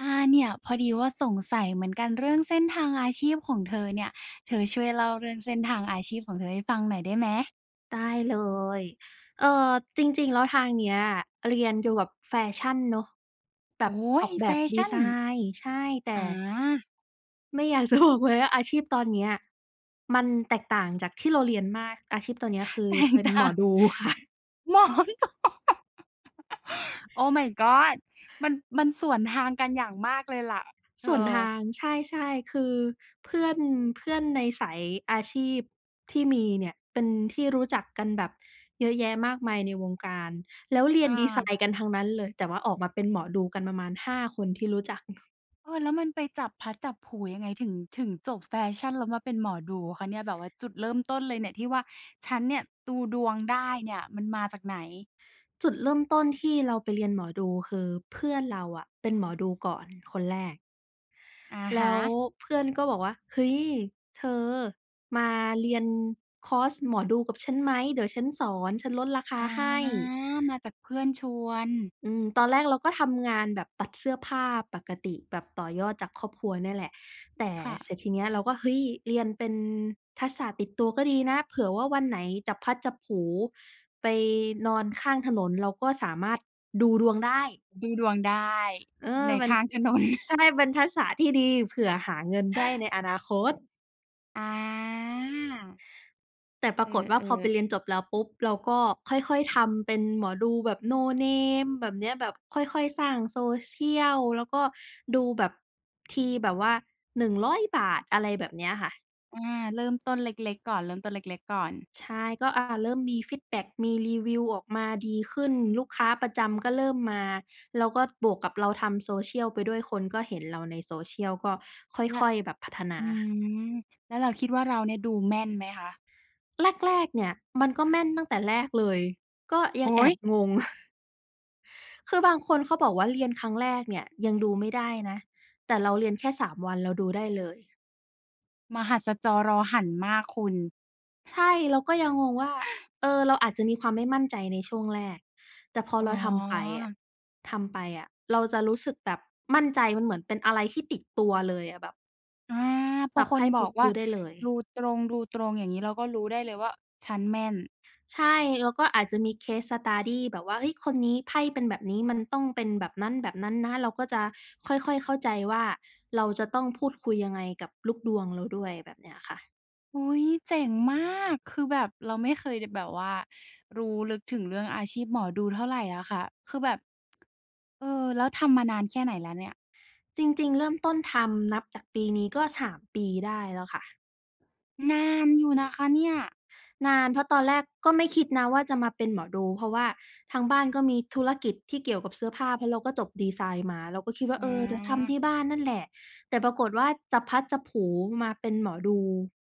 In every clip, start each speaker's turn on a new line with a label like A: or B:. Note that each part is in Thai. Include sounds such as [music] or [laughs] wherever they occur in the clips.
A: อาเนี่ยพอดีว่าสงสัยเหมือนกันเรื่องเส้นทางอาชีพของเธอเนี่ยเธอช่วยเล่าเรื่องเส้นทางอาชีพของเธอให้ฟังหน่อยได้ไหม
B: ได้เลยเอ่อจริงๆแล้วทางเนี้ยเรียนเกี่ยวกับแฟชั่นเนาะแบบ
A: โอ้
B: อ
A: ย
B: อกแบ
A: แฟ
B: บดี
A: ชั่น
B: ไซน์ใช่แต่
A: อา
B: ไม่อยากจะบอกเลยว่าอาชีพตอนเนี้ยมันแตกต่างจากที่เราเรียนมากอาชีพตอนเนี้ยคือ
A: แตก
B: เป็นหม
A: ต่า
B: อ
A: ง
B: ดูค่ะ
A: [laughs] หมอน [laughs] Oh my god มันสวนทางกันอย่างมากเลยล่ะเธ
B: ส่วน
A: อ
B: ทางใช่ๆคือเพื่อนเพื่อนในสายอาชีพที่มีเนี่ยเป็นที่รู้จักกันแบบเยอะแยะมากมายในวงการแล้วเรีย
A: อา
B: นดีไซน์กันทั้งนั้นเลยแต่ว่าออกมาเป็นหมอดูกันประมาณ5คนที่รู้จัก
A: เออแล้วมันไปจับพลัดจับผลูยังไงถึงจบแฟชั่นแล้วมาเป็นหมอดูคะเนี่ยแบบว่าจุดเริ่มต้นเลยเนี่ยที่ว่าฉันเนี่ยดูดวงได้เนี่ยมันมาจากไหน
B: จุดเริ่มต้นที่เราไปเรียนหมอดูคือเพื่อนเราอะเป็นหมอดูก่อนคนแรก
A: อา
B: แล้
A: ฮะ
B: วเพื่อนก็บอกว่าเฮ้ยเธอมาเรียนคอร์สหมอดูกับฉันไหมเดี๋ยวฉันสอนฉันลดรา
A: อ
B: คาให้
A: ามาจากเพื่อนชวน
B: อืมตอนแรกเราก็ทำงานแบบตัดเสื้อผ้าปกติแบบต่อยอดจากครอบครัวเนี่ยแหละแต่
A: ค่ะ
B: เสร็จทีเนี้ยเราก็เฮ้ยเรียนเป็นทักษะติดตัวก็ดีนะเผื่อว่าวันไหนจับพลัดจับผลูไปนอนข้างถนนเราก็สามารถดูดวงได้
A: ดูดวงได้
B: เออ
A: ใน
B: มัน
A: ข้างถนน [laughs]
B: ใช่เป็นทักษะที่ดีเผื่อหาเงินได้ในอนาคต
A: อา
B: แต่ป
A: เอ
B: รา
A: อ
B: กฏว่าพอไปเรียน
A: ๆ
B: จบแล้วปุ๊บเราก็ค่อยๆทำเป็นหมอดูแบบ no name แบบเนี้ยแบบค่อยๆสร้าง social แล้วก็ดูแบบทีแบบว่า100บาทอะไรแบบเนี้ยค่ะ
A: อาเริ่มต้นเล็กๆก่อนเริ่มต้นเล็กๆก่อน
B: ใช่ก็อาเริ่มมีฟีดแบ็กมีรีวิวออกมาดีขึ้นลูกค้าประจำก็เริ่มมาแล้วก็บวกกับเราทำ social ไปด้วยคนก็เห็นเราใน social ก็
A: และ
B: ค่อยๆแบบพัฒนา
A: อืมแล้วเราคิดว่าเราเนี่ยดูแม่นไหมคะ
B: แรกๆเนี่ยมันก็แม่นตั้งแต่แรกเลยก็ยัง
A: โอ้
B: แอ
A: โฮ
B: บงง คือบางคนเขาบอกว่าเรียนครั้งแรกเนี่ยยังดูไม่ได้นะแต่เราเรียนแค่3วันเราดูได้เลย
A: มหัศจรรอหันมากคุณ
B: ใช่เราก็ยังงงว่าเออเราอาจจะมีความไม่มั่นใจในช่วงแรกแต่พอ
A: อ๋
B: เราทำไป
A: อ
B: อะทำไปอะเราจะรู้สึกแบบมั่นใจมันเหมือนเป็นอะไรที่ติดตัวเลยอะแบบ
A: อาพอ
B: สับ
A: คน
B: ไพ่
A: บอ
B: ปุ๊
A: ก
B: บ
A: ว่า
B: รู้ได้เลย
A: ดูตรงดูตรงอย่างงี้เราก็รู้ได้เลยว่าฉันแม่น
B: ใช่แล้วก็อาจจะมี case study แบบว่าเฮ้ยคนนี้ไพ่เป็นแบบนี้มันต้องเป็นแบบนั้นนะเราก็จะค่อยๆเข้าใจว่าเราจะต้องพูดคุยยังไงกับลูกดวงเราด้วยแบบเนี้ยค่ะ
A: อุ๊ยเจ๋งมากคือแบบเราไม่เคยแบบว่ารู้ลึกถึงเรื่องอาชีพหมอดูเท่าไรอะค่ะคือแบบเออแล้วทำมานานแค่ไหนแล้วเนี่ย
B: จริงๆเริ่มต้นทำนับจากปีนี้ก็3ปีได้แล้วค่ะ
A: นานอยู่นะคะเนี่ย
B: นานเพราะตอนแรกก็ไม่คิดนะว่าจะมาเป็นหมอดูเพราะว่าทางบ้านก็มีธุรกิจที่เกี่ยวกับเสื้อผ้าเพราะเราก็จบดีไซน์มาเราก็คิดว่า
A: อ
B: เออเดี๋ยวทำที่
A: า
B: บ้านนั่นแหละแต่ปรากฏว่าจะพลัดจะผลูมาเป็นหมอดู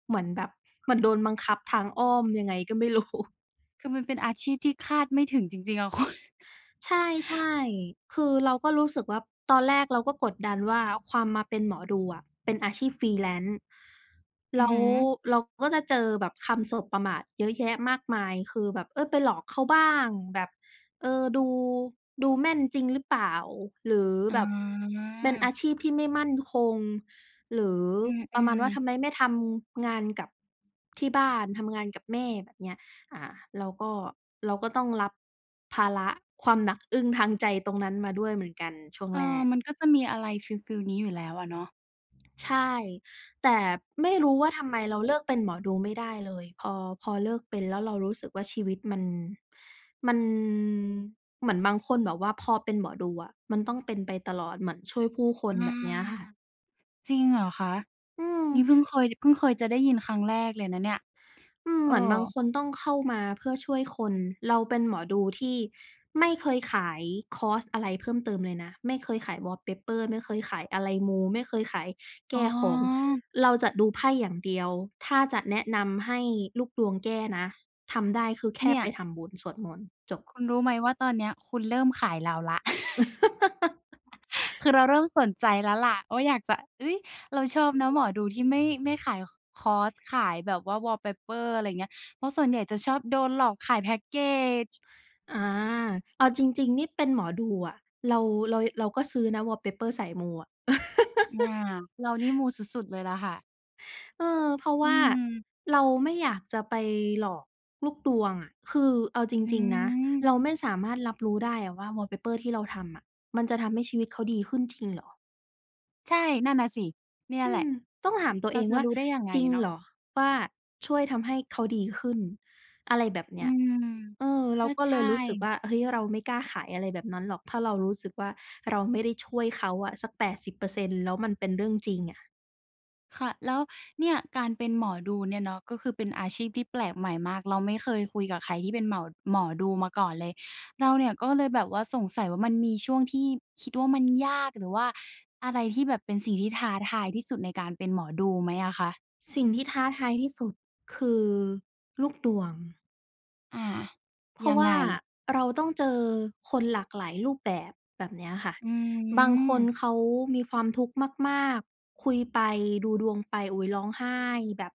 B: เหมือนแบบเหมือนโดนบังคับทางอ้อมยังไงก็ไม่รู้
A: คือมันเป็นอาชีพที่คาดไม่ถึงจริงๆอะคุณ
B: ใช่ๆคือเราก็รู้สึกว่าตอนแรกเราก็กดดันว่าความมาเป็นหมอดูอะเป็นอาชีพ Freelance
A: [laughs] อือ
B: แล้ว
A: ฮึ
B: เราก็จะเจอแบบคำสบประมาทเยอะแยะมากมายคือแบบเออไปหลอกเขาบ้างแบบเออดูแม่นจริงหรือเปล่าหรือ
A: อ๋
B: แบบ
A: อ
B: เป็นอาชีพที่ไม่มั่นคงหรือ
A: อื
B: ประมาณ
A: ม
B: ว่าทำไม
A: ๆ
B: ไม่ทำงานกับที่บ้านทำงานกับแม่แบบเนี้ย ค่ะเราก็เราก็ต้องรับภาระความหนักอึ้งทางใจตรงนั้นมาด้วยเหมือนกันช่วง
A: เอ
B: แร
A: อ
B: ก
A: มันก็จะมีอะไรฟีลๆนี้อยู่แล้วอะเนาะ
B: ใช่แต่ไม่รู้ว่าทำไมเราเลิกเป็นหมอดูไม่ได้เลยพอเลิกเป็นแล้วเรารู้สึกว่าชีวิตมันเหมือนบางคนแบบว่าพอเป็นหมอดูอะมันต้องเป็นไปตลอดเหมือนช่วยผู้คน
A: อ
B: แบบเนี้ยค่ะ
A: าจริงเหรอคะ
B: อืม
A: นี่เพิ่งเคยจะได้ยินครั้งแรกเลยนะเนี่ย
B: อืม
A: เอ
B: เหมือน
A: อ
B: บางคนต้องเข้ามาเพื่อช่วยคนเราเป็นหมอดูที่ไม่เคยขายคอร์สอะไรเพิ่มเติมเลยนะไม่เคยขายวอลเปเปอร์ไม่เคยขายอะไรมูไม่เคยขาย
A: อ๋
B: แก้ของ
A: อ
B: เราจะดูไพ่อย่างเดียวถ้าจะแนะนำให้ลูกดวงแก้นะทำได้คือแค่
A: เนี่ย
B: ไปทำบุญสวดมนต์
A: คุณรู้ไหมว่าตอนเนี้ยคุณเริ่มขายเราแล้ว [laughs]
B: [laughs]
A: คือเราเริ่มสนใจแล้วล่ะว่าอยากจะเฮ้ยเราชอบนะหมอดูที่ไม่ขายคอร์สขายแบบว่า wallpaper อลเปเปอร์อะไรอย่างเงี้ยเพราะส่วนใหญ่จะชอบโดนหลอกขายแพ็กเกจ
B: อาเอาจริงๆนี่เป็นหมอดูอะเราเราก็ซื้อนะวอลเปเปอร์สายมูอะ
A: อาเรานี่มูสุดๆเลยล่ะค่ะ
B: เออเพราะ
A: อื
B: ว่า
A: ม
B: เราไม่อยากจะไปหลอกลูกดวงอะคือเอาจ
A: อื
B: ริงๆนะ
A: ม
B: เราไม่สามารถรับรู้ได้อะว่า wallpaper ที่เราทำอะมันจะทำให้ชีวิตเขาดีขึ้นจริงเหรอ
A: ใช่นั่นน่ะสิเนี่ย
B: อื
A: แหละ
B: มต้องถามตัว
A: เรา
B: เอง
A: จะ
B: ว่า
A: รู้ได้ยังไง
B: จริง
A: เนาะ
B: เหรอว่าช่วยทำให้เขาดีขึ้นอะไรแบบ
A: อื
B: เนี้ย
A: ม
B: เออเรา
A: ก็
B: ก็เล
A: ใช่
B: ยรู้สึกว่าเฮ้ยเราไม่กล้าขายอะไรแบบนั้นหรอกถ้าเรารู้สึกว่าเราไม่ได้ช่วยเขาอะสัก80%แล้วมันเป็นเรื่องจริงอะ
A: ค่ะแล้วเนี่ยการเป็นหมอดูเนี่ยเนาะก็คือเป็นอาชีพที่แปลกใหม่มากเราไม่เคยคุยกับใครที่เป็นเหมาหมอดูมาก่อนเลยเราเนี่ยก็เลยแบบว่าสงสัยว่ามันมีช่วงที่คิดว่ามันยากหรือว่าอะไรที่แบบเป็นสิ่งที่ท้าทายที่สุดในการเป็นหมอดูไหมอะคะ
B: สิ่งที่ท้าทายที่สุดคือลูกดวง
A: อา
B: เพ
A: ยั
B: ราะ
A: งไง
B: ว่าเราต้องเจอคนหลากหลายรูปแบบแบบเนี้ยค่ะ
A: อื
B: บางค
A: ม
B: นเขามีความทุกข์มากๆคุยไปดูดวงไปอุ๊ยร้องไห้แบบ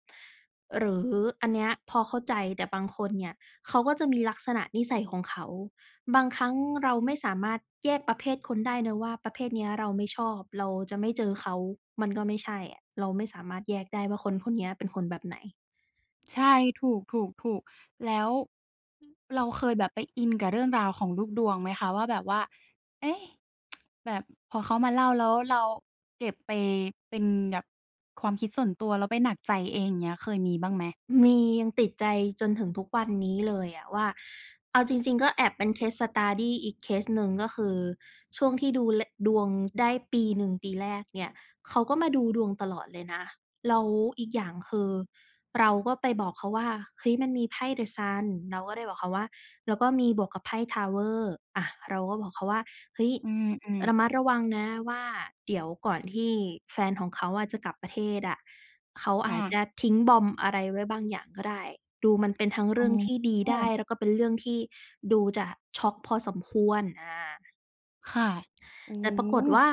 B: หรืออันเนี้ยพอเข้าใจแต่บางคนเนี่ยเขาก็จะมีลักษณะนิสัยของเขาบางครั้งเราไม่สามารถแยกประเภทคนได้เนอะว่าประเภทเนี้ยเราไม่ชอบเราจะไม่เจอเขามันก็ไม่ใช่อะเราไม่สามารถแยกได้ว่าคนคนเนี้ยเป็นคนแบบไหน
A: ใช่ถูกถูกแล้วเราเคยแบบไปอินกับเรื่องราวของลูกดวงไหมคะว่าแบบว่าเอ๊ะแบบพอเขามาเล่าแล้วเราเก็บไปเป็นแบบความคิดส่วนตัวแล้วไปหนักใจเองอย่างเงี้ยเคยมีบ้างไหม
B: มียังติดใจจนถึงทุกวันนี้เลยอะว่าเอาจริงๆก็แอบเป็น case study อีกเคสหนึ่งก็คือช่วงที่ดูลดวงได้ปีหนึ่งปีแรกเนี่ยเขาก็มาดูดวงตลอดเลยนะแล้วอีกอย่างคือเราก็ไปบอกเขาว่าเฮ้ยมันมีไพ่ The Sun" เราก็เลยบอกเขาว่าแล้วก็มีบวกกับไพ่ Tower อะเราก็บอกเขาว่าเฮ้ย
A: อืม
B: ระมัด
A: ๆ
B: ระวังนะว่าเดี๋ยวก่อนที่แฟนของเขาอะจะกลับประเทศอะ เขาอา
A: อา
B: จจะทิ้งบอมอะไรไว้บางอย่างก็ได้ดูมันเป็นทั้ง
A: อ๋
B: เรื่องที่
A: อ
B: ดีได้แล้วก็เป็นเรื่องที่ดูจะช็อกพอสมควรอา
A: ค่ะโอ้
B: แต่ปรากฏ
A: โฮ
B: ว่า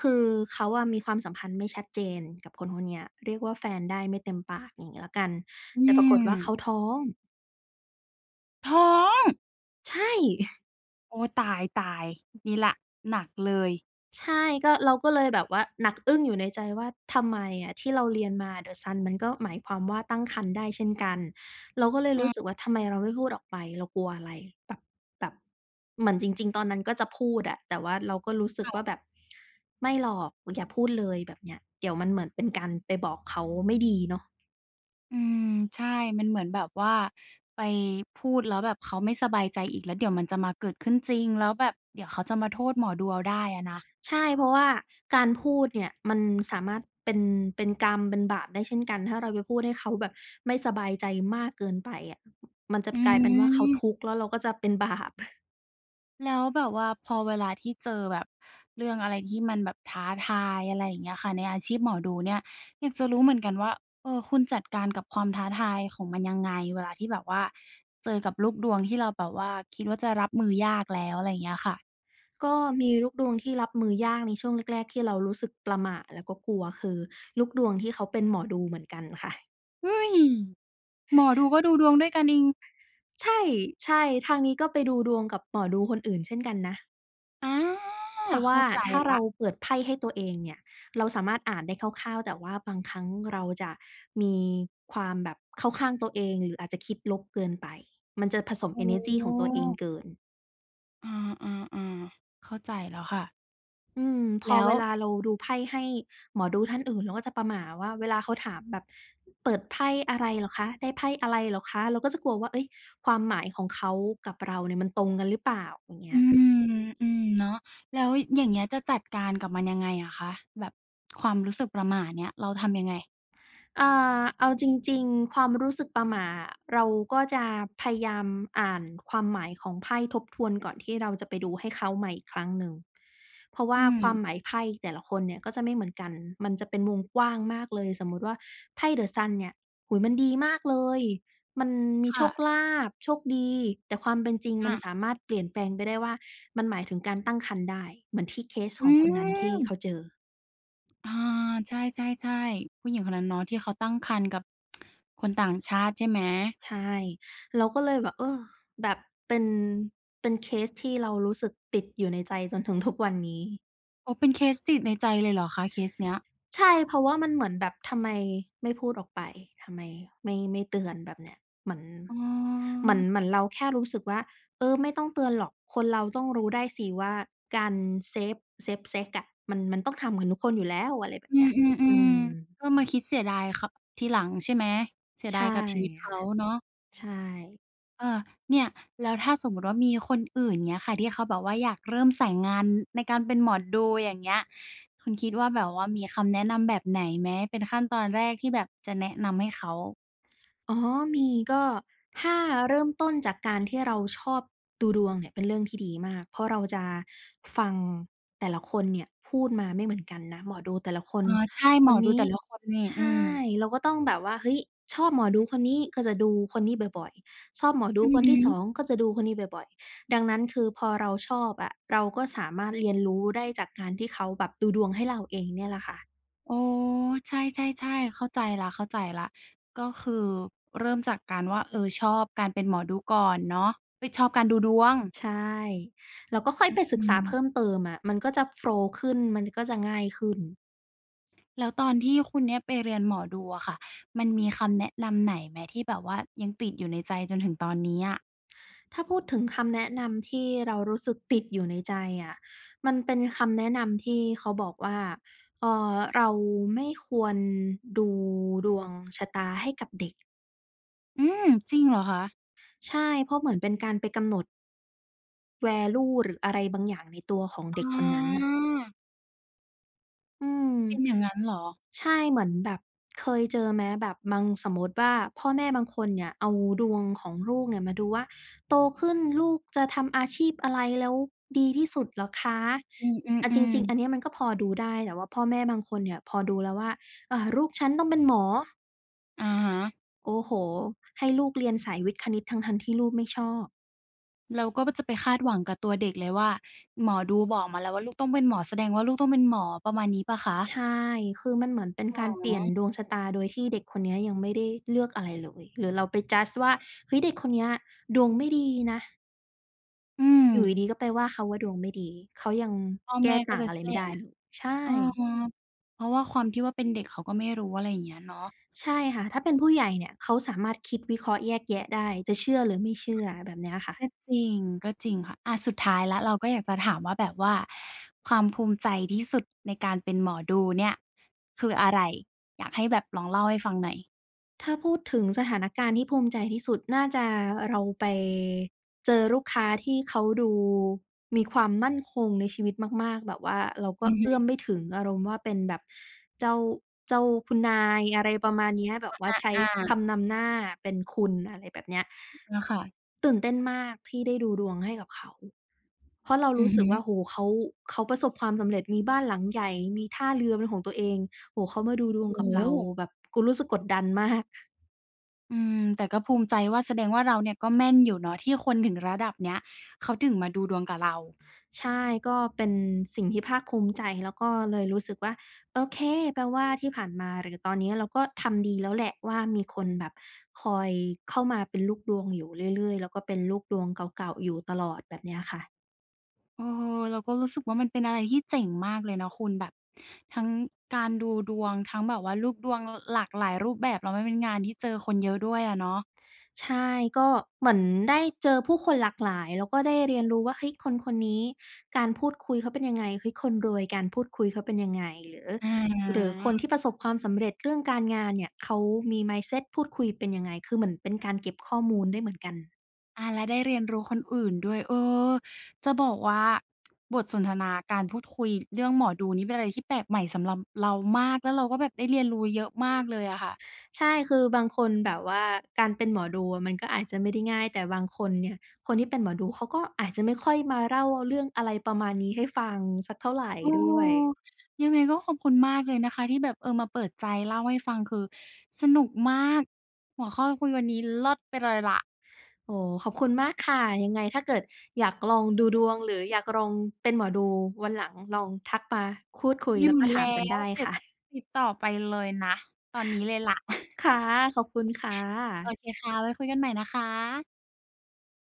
B: คือเขาอะมีความสัมพันธ์ไม่ชัดเจนกับคนคนเนี้ยเรียกว่าแฟนได้ไม่เต็มปากอย่างงี้แล้วกัน
A: อื
B: แต่ปราก
A: ม
B: ฏว่าเขาท้อง
A: ท้อง
B: ใช่ [laughs]
A: โอ้ตายๆนี่แหละหนักเลย
B: ใช่ก็เราก็เลยแบบว่าหนักอึ้งอยู่ในใจว่าทำไมอะที่เราเรียนมา The Sun มันก็หมายความว่าตั้งครรภ์ได้เช่นกันเราก็เลย
A: อา
B: รู้สึกว่าทำไมเราไม่พูดออกไปเรากลัวอะไร เหมือนจริงๆตอนนั้นก็จะพูดอะแต่ว่าเราก็รู้สึก
A: ค่ะ
B: ว่าแบบไม่หรอกอย่าพูดเลยแบบเนี้ยเดี๋ยวมันเหมือนเป็นการไปบอกเขาไม่ดีเนาะ
A: อืมใช่มันเหมือนแบบว่าไปพูดแล้วแบบเขาไม่สบายใจอีกแล้วเดี๋ยวมันจะมาเกิดขึ้นจริงแล้วแบบเดี๋ยวเขาจะมาโทษหมอดูเอาได้อะนะ
B: ใช่เพราะว่าการพูดเนี่ยมันสามารถเป็นกรรมเป็นบาปได้เช่นกันถ้าเราไปพูดให้เขาแบบไม่สบายใจมากเกินไปอะมันจะ
A: อื
B: กลายเป็นว่าเขาทุก
A: ม
B: ข์แล้วเราก็จะเป็นบาป [laughs]
A: แล้วแบบว่าพอเวลาที่เจอแบบเรื่องอะไรที่มันแบบท้าทายอะไรอย่างเงี้ยค่ะในอาชีพหมอดูเนี่ยอยากจะรู้เหมือนกันว่าเออคุณจัดการกับความท้าทายของมันยังไงเวลาที่แบบว่าเจอกับลูกดวงที่เราแบบว่าคิดว่าจะรับมือยากแล้วอะไรอย่างเงี้ยค่ะ
B: ก็มีลูกดวงที่รับมือยากในช่วงแรกๆที่เรารู้สึกประหม่าแล้วก็กลัวคือลูกดวงที่เขาเป็นหมอดูเหมือนกันค่ะ
A: เฮ้ยหมอดูก็ดูดวงด้วยกันเอง
B: ใช่ใช่ทางนี้ก็ไปดูดวงกับหมอดูคนอื่นเช่นกันนะ
A: อา
B: เพราะว่า
A: เข้าใจ
B: ถ้า
A: แล้
B: เรา
A: ว
B: เปิดไพ่ให้ตัวเองเนี่ยเราสามารถอ่านได้คร่าวๆแต่ว่าบางครั้งเราจะมีความแบบเข้าข้างตัวเองหรืออาจจะคิดลบเกินไปมันจะผสม
A: อ๋
B: เอเนอร์จีของตัวเอง
A: อ
B: เกิน
A: อาๆๆเข้าใจแล้วค่ะ
B: อืมพอ
A: แล้ว
B: เวลาเราดูไพ่ให้หมอดูท่านอื่นเราก็จะประหม่าว่าเวลาเขาถามแบบเปิดไพ่อะไรเหรอคะได้ไพ่อะไรเหรอคะเราก็จะกลัวว่าเฮ้ยความหมายของเขากับเราเนี่ยมันตรงกันหรือเปล่าอย่างเงี้
A: อื
B: ย
A: มอืมเนาะแล้วอย่างเงี้ยจะจัดการกับมันยังไงอะคะแบบความรู้สึกประหม่าเนี้ยเราทำยังไง
B: อ่เอาจริงๆ ความรู้สึกประหม่าเราก็จะพยายามอ่านความหมายของไพ่ทบทวนก่อนที่เราจะไปดูให้เขาใหม่อีกครั้งหนึ่งเพราะ
A: อื
B: ว่าความหมาย
A: ม
B: ไพ่แต่ละคนเนี่ยก็จะไม่เหมือนกันมันจะเป็นวงกว้างมากเลยสมมุติว่าไพ่ The Sun เนี่ยโอ้โฮมันดีมากเลยมันมีโช
A: ค่ะ
B: คลาภโชคดีแต่ความเป็นจริงมั
A: อา
B: นสามารถเปลี่ยนแปลงไปได้ว่ามันหมายถึงการตั้งครรภ์ได้เหมือนที่เคสข
A: อื
B: องคนนั้นที่
A: ม
B: เขาเจอ
A: อาใช่ๆๆผู้หญิงคนนั้นเนาะที่เขาตั้งครรภ์กับคนต่างชาติใช่ไหม
B: ใช่เราก็เลยแบบเออแบบเป็นเป็นเคสที่เรารู้สึกติดอยู่ในใจจนถึงทุกวันนี้
A: โอ้เป็นเคสติดในใจเลยเหรอคะเคสเนี้ย
B: ใช่เพราะว่ามันเหมือนแบบทำไมไม่พูดออกไปทำไมไม่เตือนแบบเนี้ยเหมือน
A: อ๋อ
B: เหมือนเราแค่รู้สึกว่าเออไม่ต้องเตือนหรอกคนเราต้องรู้ได้สิว่าการเซฟเซฟเซ็กซ์อะมันต้องทำกันทุกคนอยู่แล้วอะไรแบบ
A: อื
B: เนี้ยอื
A: ม
B: ม
A: ๆๆก็มาคิดเสียดายเขาทีหลังใช่ไหมเสียดาย
B: ใช่
A: กับชีวิตเขา
B: ค่ะ
A: เนาะ
B: ใช่
A: เออเนี่ยแล้วถ้าสมมุติว่ามีคนอื่นเงี้ยค่ะที่เขาแบบว่าอยากเริ่มสายงานในการเป็นหมอดูอย่างเงี้ยคุณคิดว่าแบบว่ามีคำแนะนำแบบไหนไหมเป็นขั้นตอนแรกที่แบบจะแนะนำให้เขา
B: อ๋อมีก็ถ้าเริ่มต้นจากการที่เราชอบดูดวงเนี่ยเป็นเรื่องที่ดีมากเพราะเราจะฟังแต่ละคนเนี่ยพูดมาไม่เหมือนกันนะหมอดูแต่ละคน
A: เออใช่ห
B: ค
A: มอ
B: น
A: ดู
B: นี้
A: แต่ละคนนี่
B: ใช
A: อืม
B: ่เราก็ต้องแบบว่าเฮ้ยชอบหมอดูคนนี้ก็จะดูคนนี้บ่อยๆชอบหมอดู
A: อื
B: ค
A: อ
B: น
A: ฮึ
B: ที่สองก็จะดูคนนี้บ่อยๆดังนั้นคือพอเราชอบอะเราก็สามารถเรียนรู้ได้จากการที่เขาแบบดูดวงให้เราเองเนี่ยแหละค่ะ
A: อ๋อใช่ๆๆเข้าใจแล้วๆก็คือเริ่มจากการว่าเออชอบการเป็นหมอดูก่อนเนาะเอ๊ยชอบการดูดวง
B: ใช่แล้วก็ค่อยไปศึ
A: อื
B: กษาเพิ่ม
A: ม
B: เติมอะมันก็จะโฟลว์ขึ้นมันก็จะง่ายขึ้น
A: แล้วตอนที่คุณเนี่ยไปเรียนหมอดูอะค่ะมันมีคำแนะนำไหนไหมที่แบบว่ายังติดอยู่ในใจจนถึงตอนนี้อะ
B: ถ้าพูดถึงคำแนะนำที่เรารู้สึกติดอยู่ในใจอะมันเป็นคำแนะนำที่เขาบอกว่าเราไม่ควรดูดวงชะตาให้กับเด็ก
A: อืมจริงเหรอคะ
B: ใช่เพราะเหมือนเป็นการไปกำหนด value หรืออะไรบางอย่างในตัวของ
A: อ๋
B: เด็กคนนั้นน่ะ
A: อ
B: อืม
A: เป็นอย่างงั้นเหรอ
B: ใช่เหมือนแบบเคยเจอไหมแบบบางสมมุติว่าพ่อแม่บางคนเนี่ยเอาดวงของลูกเนี่ยมาดูว่าโตขึ้นลูกจะทำอาชีพอะไรแล้วดีที่สุดเหรอคะ
A: อื
B: อะจ
A: ม
B: ริง
A: ๆ
B: ๆ
A: ๆ
B: อันเนี้ยมันก็พอดูได้แต่ว่าพ่อแม่บางคนเนี่ยพอดูแล้วว่าลูกฉันต้องเป็นหมอ
A: อะฮะ
B: โอ้โฮให้ลูกเรียนสายวิทย์คณิตทั้งๆที่ลูกไม่ชอบ
A: เราก็จะไปคาดหวังกับตัวเด็กเลยว่าหมอดูบอกมาแล้วว่าลูกต้องเป็นหมอแสดงว่าลูกต้องเป็นหมอประมาณนี้เปล่าคะ
B: ใช่ คือมันเหมือนเป็น
A: อ๋
B: การเป
A: อ
B: ลี่ยนดวงชะตาโดยที่เด็กคนเนี้ยยังไม่ได้เลือกอะไรเลยหรือเราไปจัดจ์ว่าเฮ้ยเด็กคนเนี้ยดวงไม่ดีนะ
A: อืม
B: อยู่ดีๆก็ไปว่าเขาว่าดวงไม่ดีเขายัง
A: พ่อ
B: แก้
A: แม่ก็
B: ต่าง
A: จะ
B: อะไร
A: เชื่อ
B: ไม่
A: อย่าง
B: ได้
A: งั้น
B: เลยใช่
A: อือฮึเพราะว่าความที่ว่าเป็นเด็กเขาก็ไม่รู้อะไรอย่างเงี้ยเนาะ
B: ใช่ค่ะถ้าเป็นผู้ใหญ่เนี่ยเขาสามารถคิดวิเคราะห์แยกแยะได้จะเชื่อหรือไม่เชื่อแบบเนี้ยค่ะ
A: ก็จริงก็จริงค่ะอาสุดท้ายแล้วเราก็อยากจะถามว่าแบบว่าความภูมิใจที่สุดในการเป็นหมอดูเนี่ยคืออะไรอยากให้แบบลองเล่าให้ฟังหน่อย
B: ถ้าพูดถึงสถานการณ์ที่ภูมิใจที่สุดน่าจะเราไปเจอลูกค้าที่เขาดูมีความมั่นคงในชีวิตมากๆแบบว่าเราก็
A: อือฮึ
B: เอื้อมไม่ถึงอารมณ์ว่าเป็นแบบเจ้าเจ้าคุณนายอะไรประมาณเนี้ยแบบว่า
A: อ
B: ใช้
A: า
B: คำนำหน้าเป็นคุณอะไรแบบเนี้ย
A: อาค่ะ
B: ตื่นเต้นมากที่ได้ดูดวงให้กับเขาเพราะเรา
A: อื
B: รู้
A: อ
B: สึก
A: ฮึ
B: ว่าโอ้โฮเขาประสบความสำเร็จมีบ้านหลังใหญ่มีท่าเรือเป็นของตัวเองโอ้โฮเขามาดูดวง
A: โอ้
B: กับ
A: โ
B: เรา
A: ฮ
B: แบบกูรู้สึกกดดันมาก
A: อืมแต่ก็ภูมิใจว่าแสดงว่าเราเนี่ยก็แม่นอยู่เนาะที่คนถึงระดับเนี้ยเขาถึงมาดูดวงกับเรา
B: ใช่ก็เป็นสิ่งที่ภาคภูมิใจแล้วก็เลยรู้สึกว่าโอเคแปลว่าที่ผ่านมาหรือตอนนี้เราก็ทำดีแล้วแหละว่ามีคนแบบคอยเข้ามาเป็นลูกดวงอยู่เรื่อยๆแล้วก็เป็นลูกดวงเก่าๆอยู่ตลอดแบบเนี้ยค่ะ
A: เออเราก็รู้สึกว่ามันเป็นอะไรที่เจ๋งมากเลยเนาะคุณแบบทั้งการดูดวงทั้งแบบว่าลูกดวงหลากหลายรูปแบบแล้วมันเป็นงานที่เจอคนเยอะด้วยอะเนาะ
B: ใช่ก็เหมือนได้เจอผู้คนหลากหลายแล้วก็ได้เรียนรู้ว่าเฮ้ยคนๆนี้การพูดคุยเขาเป็นยังไงเฮ้ยคนรวยการพูดคุยเขาเป็นยังไงหรือ
A: อา
B: หรือคนที่ประสบความสำเร็จเรื่องการงานเนี่ยเขามี mindset พูดคุยเป็นยังไงคือเหมือนเป็นการเก็บข้อมูลได้เหมือนกัน
A: อาและได้เรียนรู้คนอื่นด้วยเออจะบอกว่าบทสนทนาการพูดคุยเรื่องหมอดูนี่เป็นอะไรที่แปลกใหม่สำหรับเรามากแล้วเราก็แบบได้เรียนรู้เยอะมากเลยอะค่ะ
B: ใช่คือบางคนแบบว่าการเป็นหมอดูอะมันก็อาจจะไม่ได้ง่ายแต่บางคนเนี่ยคนที่เป็นหมอดูเขาก็อาจจะไม่ค่อยมาเล่าเรื่องอะไรประมาณนี้ให้ฟังสักเท่าไร
A: เอ
B: ด้วย
A: อยังไงก็ขอบคุณมากเลยนะคะที่แบบเออมาเปิดใจเล่าให้ฟังคือสนุกมากหัวข้อคุยวันนี้เลิศไปเลยล่ะ
B: โอ้ขอบคุณมากค่ะยังไงถ้าเกิดอยากลองดูดวงหรืออยากลองเป็นหมอดูวันหลังลองทักมาพูดคุย
A: อ
B: แล้ว
A: ยู่
B: ก็ถาม
A: แล้
B: กัน
A: ว
B: ได้
A: เดี๋ยว
B: ค่ะ
A: ติดต่อไปเลยนะตอนนี้เลยล่ะ
B: ค่ะขอบคุณค่
A: โอเค
B: ะ
A: ค่ะไว้คุยกันใหม่นะคะ